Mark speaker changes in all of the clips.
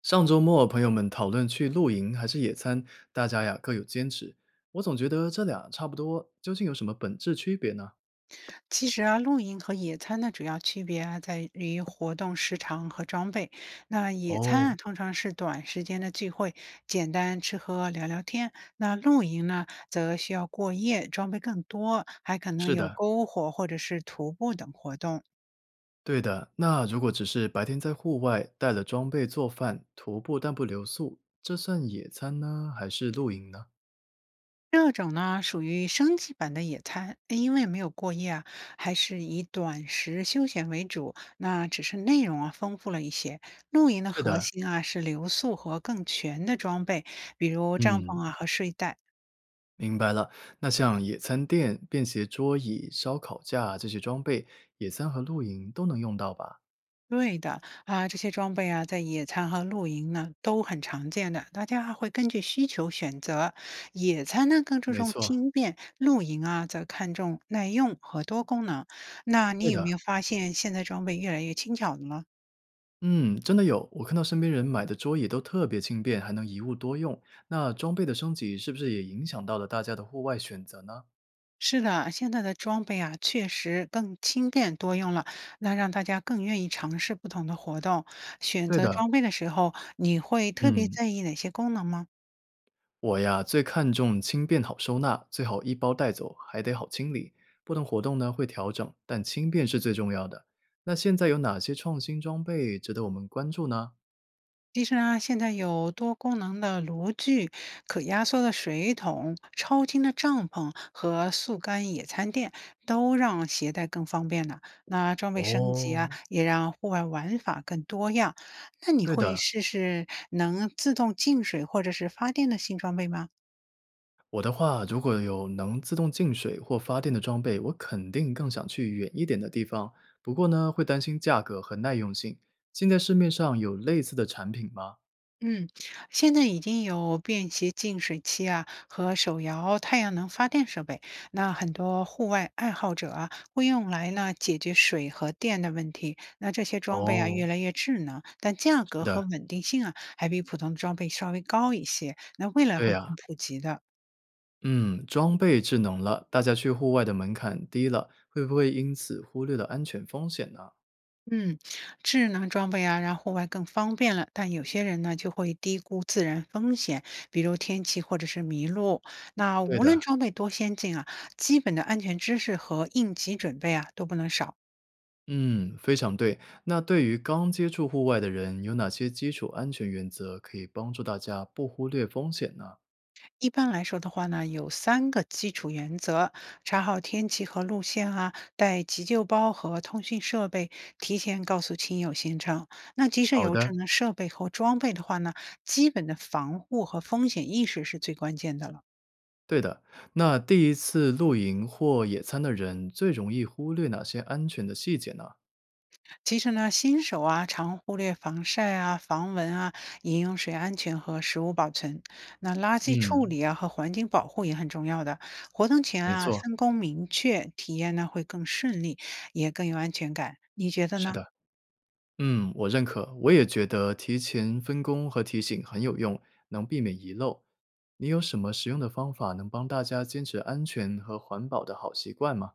Speaker 1: 上周末，朋友们讨论去露营还是野餐，大家呀各有坚持。我总觉得这俩差不多，究竟有什么本质区别呢？
Speaker 2: 其实啊，露营和野餐的主要区别啊，在于活动时长和装备。那野餐
Speaker 1: 哦，
Speaker 2: 啊，通常是短时间的聚会，简单吃喝聊聊天。那露营呢，则需要过夜，装备更多，还可能
Speaker 1: 是
Speaker 2: 有
Speaker 1: 的，
Speaker 2: 篝火或者是徒步等活动。
Speaker 1: 对的。那如果只是白天在户外带了装备做饭、徒步但不留宿，这算野餐呢，还是露营呢？
Speaker 2: 这种呢属于升级版的野餐，因为没有过夜啊，还是以短时休闲为主，那只是内容啊丰富了一些。露营的
Speaker 1: 是
Speaker 2: 核
Speaker 1: 的，
Speaker 2: 心啊是留宿和更全的装备，比如帐
Speaker 1: 嗯，
Speaker 2: 篷啊和睡袋。
Speaker 1: 明白了。那像野餐垫、便携桌椅、烧烤架这些装备，野餐和露营都能用到吧？
Speaker 2: 对的啊，这些装备啊，在野餐和露营呢都很常见的，大家会根据需求选择。野餐呢更注
Speaker 1: 没
Speaker 2: 重
Speaker 1: 错，
Speaker 2: 轻便，露营啊则看重耐用和多功能。那你
Speaker 1: 对
Speaker 2: 有
Speaker 1: 的。
Speaker 2: 没有发现现在装备越来越轻巧了呢？
Speaker 1: 嗯，真的有，我看到身边人买的桌椅都特别轻便，还能一物多用。那装备的升级是不是也影响到了大家的户外选择呢？
Speaker 2: 是的，现在的装备啊，确实更轻便多用了，那让大家更愿意尝试不同的活动。选
Speaker 1: 对
Speaker 2: 择
Speaker 1: 的，
Speaker 2: 装备的时候，你会特别
Speaker 1: 嗯，
Speaker 2: 在意哪些功能吗？
Speaker 1: 我呀最看重轻便好收纳，最好一包带走，还得好清理。不同活动呢会调整，但轻便是最重要的。那现在有哪些创新装备值得我们关注呢？
Speaker 2: 其实呢，现在有多功能的炉具、可压缩的水桶、超轻的帐篷和速干野餐垫，都让携带更方便了。那装备升级啊，
Speaker 1: 哦，
Speaker 2: 也让户外玩法更多样。那你
Speaker 1: 对
Speaker 2: 会
Speaker 1: 的，
Speaker 2: 试试能自动进水或者是发电的新装备吗？
Speaker 1: 我的话，如果有能自动进水或发电的装备，我肯定更想去远一点的地方。不过呢，会担心价格和耐用性。现在市面上有类似的产品吗？
Speaker 2: 嗯，现在已经有便携净水器啊和手摇太阳能发电设备，那很多户外爱好者啊会用来呢解决水和电的问题。那这些装备啊
Speaker 1: 哦，
Speaker 2: 越来越智能，但价
Speaker 1: 是
Speaker 2: 格和
Speaker 1: 的，
Speaker 2: 稳定性啊还比普通的装备稍微高一些。那未来
Speaker 1: 对
Speaker 2: 会
Speaker 1: 呀、
Speaker 2: 更普及的。
Speaker 1: 嗯，装备智能了，大家去户外的门槛低了，会不会因此忽略了安全风险呢？
Speaker 2: 嗯，智能装备啊，让户外更方便了，但有些人呢就会低估自然风险，比如天气或者是迷路。那
Speaker 1: 对
Speaker 2: 无论
Speaker 1: 的，
Speaker 2: 装备多先进啊，基本的安全知识和应急准备啊都不能少。
Speaker 1: 嗯，非常对。那对于刚接触户外的人，有哪些基础安全原则可以帮助大家不忽略风险呢？
Speaker 2: 一般来说的话呢，有三个基础原则：查好天气和路线啊，带急救包和通讯设备，提前告诉亲友行程。那即使
Speaker 1: 好
Speaker 2: 有智
Speaker 1: 的，
Speaker 2: 能设备和装备的话呢，基本的防护和风险意识是最关键的了。
Speaker 1: 对的，那第一次露营或野餐的人最容易忽略哪些安全的细节呢？
Speaker 2: 其实呢，新手啊常忽略防晒啊、防蚊啊、饮用水安全和食物保存。那垃圾处
Speaker 1: 嗯，
Speaker 2: 理啊和环境保护也很重要的。活动前
Speaker 1: 没
Speaker 2: 啊
Speaker 1: 错，
Speaker 2: 分工明确，体验呢会更顺利，也更有安全感。你觉得
Speaker 1: 是
Speaker 2: 呢？
Speaker 1: 的，嗯，我认可，我也觉得提前分工和提醒很有用，能避免遗漏。你有什么实用的方法能帮大家坚持安全和环保的好习惯吗？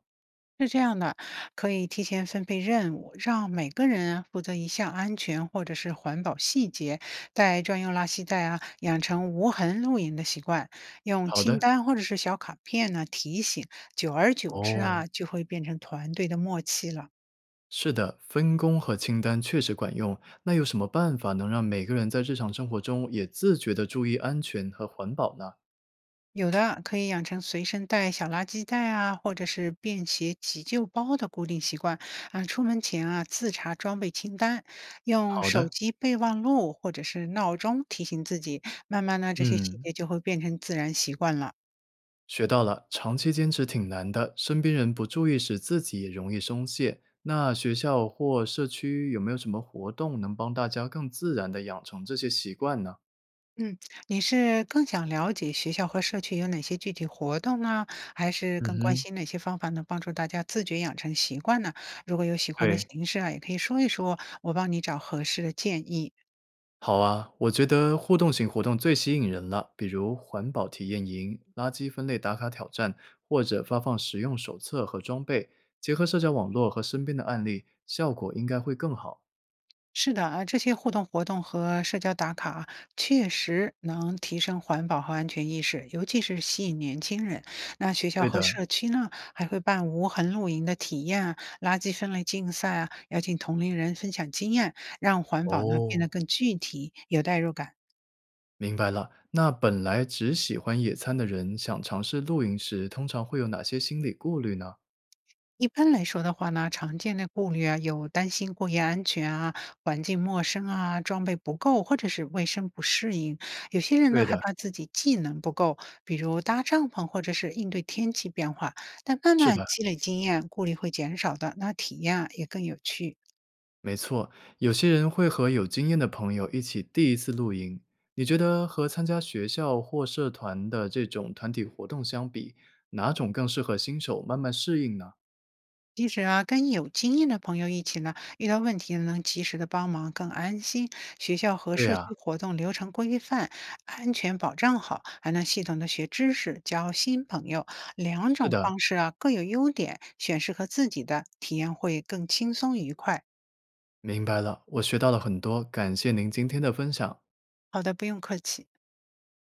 Speaker 2: 是这样的，可以提前分配任务，让每个人啊负责一项安全或者是环保细节，带专用垃圾袋啊，养成无痕露营的习惯，用
Speaker 1: 好
Speaker 2: 清
Speaker 1: 的，
Speaker 2: 单或者是小卡片呢提醒，久而久之啊，
Speaker 1: 哦，
Speaker 2: 就会变成团队的默契了。
Speaker 1: 是的，分工和清单确实管用。那有什么办法能让每个人在日常生活中也自觉地注意安全和环保呢？
Speaker 2: 有的可以养成随身带小垃圾袋啊，或者是便携急救包的固定习惯啊。出门前啊，自查装备清单，用
Speaker 1: 好
Speaker 2: 手
Speaker 1: 的，
Speaker 2: 机备忘录或者是闹钟提醒自己。慢慢呢，这些细
Speaker 1: 嗯，
Speaker 2: 节就会变成自然习惯了。
Speaker 1: 学到了，长期坚持挺难的，身边人不注意时，自己也容易松懈。那学校或社区有没有什么活动能帮大家更自然地养成这些习惯呢？
Speaker 2: 嗯，你是更想了解学校和社区有哪些具体活动呢，还是
Speaker 1: 嗯
Speaker 2: 更关
Speaker 1: 哼，
Speaker 2: 心哪些方法能帮助大家自觉养成习惯呢？如果有喜欢的
Speaker 1: 对，
Speaker 2: 形式啊，也可以说一说，我帮你找合适的建议。
Speaker 1: 好啊，我觉得互动型活动最吸引人了，比如环保体验营、垃圾分类打卡挑战，或者发放实用手册和装备，结合社交网络和身边的案例，效果应该会更好。
Speaker 2: 是的啊，这些互动活动和社交打卡啊确实能提升环保和安全意识，尤其是吸引年轻人。那学校
Speaker 1: 对
Speaker 2: 和
Speaker 1: 的，
Speaker 2: 社区呢，还会办无痕露营的体验啊、垃圾分类竞赛啊，邀请同龄人分享经验，让环保呢变得
Speaker 1: 哦，
Speaker 2: 更具体、有代入感。
Speaker 1: 明白了。那本来只喜欢野餐的人，想尝试露营时，通常会有哪些心理顾虑呢？
Speaker 2: 一般来说的话呢，常见的顾虑啊，有担心过夜安全啊、环境陌生啊、装备不够，或者是卫生不适应。有些人呢，
Speaker 1: 对
Speaker 2: 害
Speaker 1: 的，
Speaker 2: 怕自己技能不够，比如搭帐篷或者是应对天气变化。但慢
Speaker 1: 是
Speaker 2: 慢
Speaker 1: 的，
Speaker 2: 积累经验，顾虑会减少的，那体验啊也更有趣。
Speaker 1: 没错。有些人会和有经验的朋友一起第一次露营。你觉得和参加学校或社团的这种团体活动相比，哪种更适合新手慢慢适应呢？
Speaker 2: 其实啊，跟有经验的朋友一起呢，遇到问题能及时的帮忙，更安心。学校和
Speaker 1: 对
Speaker 2: 社
Speaker 1: 呀，
Speaker 2: 区活动流程规范，安全保障好，还能系统的学知识，交新朋友。两
Speaker 1: 是
Speaker 2: 种
Speaker 1: 的，
Speaker 2: 方式啊，各有优点，选适合自己的，体验会更轻松愉快。
Speaker 1: 明白了，我学到了很多，感谢您今天的分享。
Speaker 2: 好的，不用客气。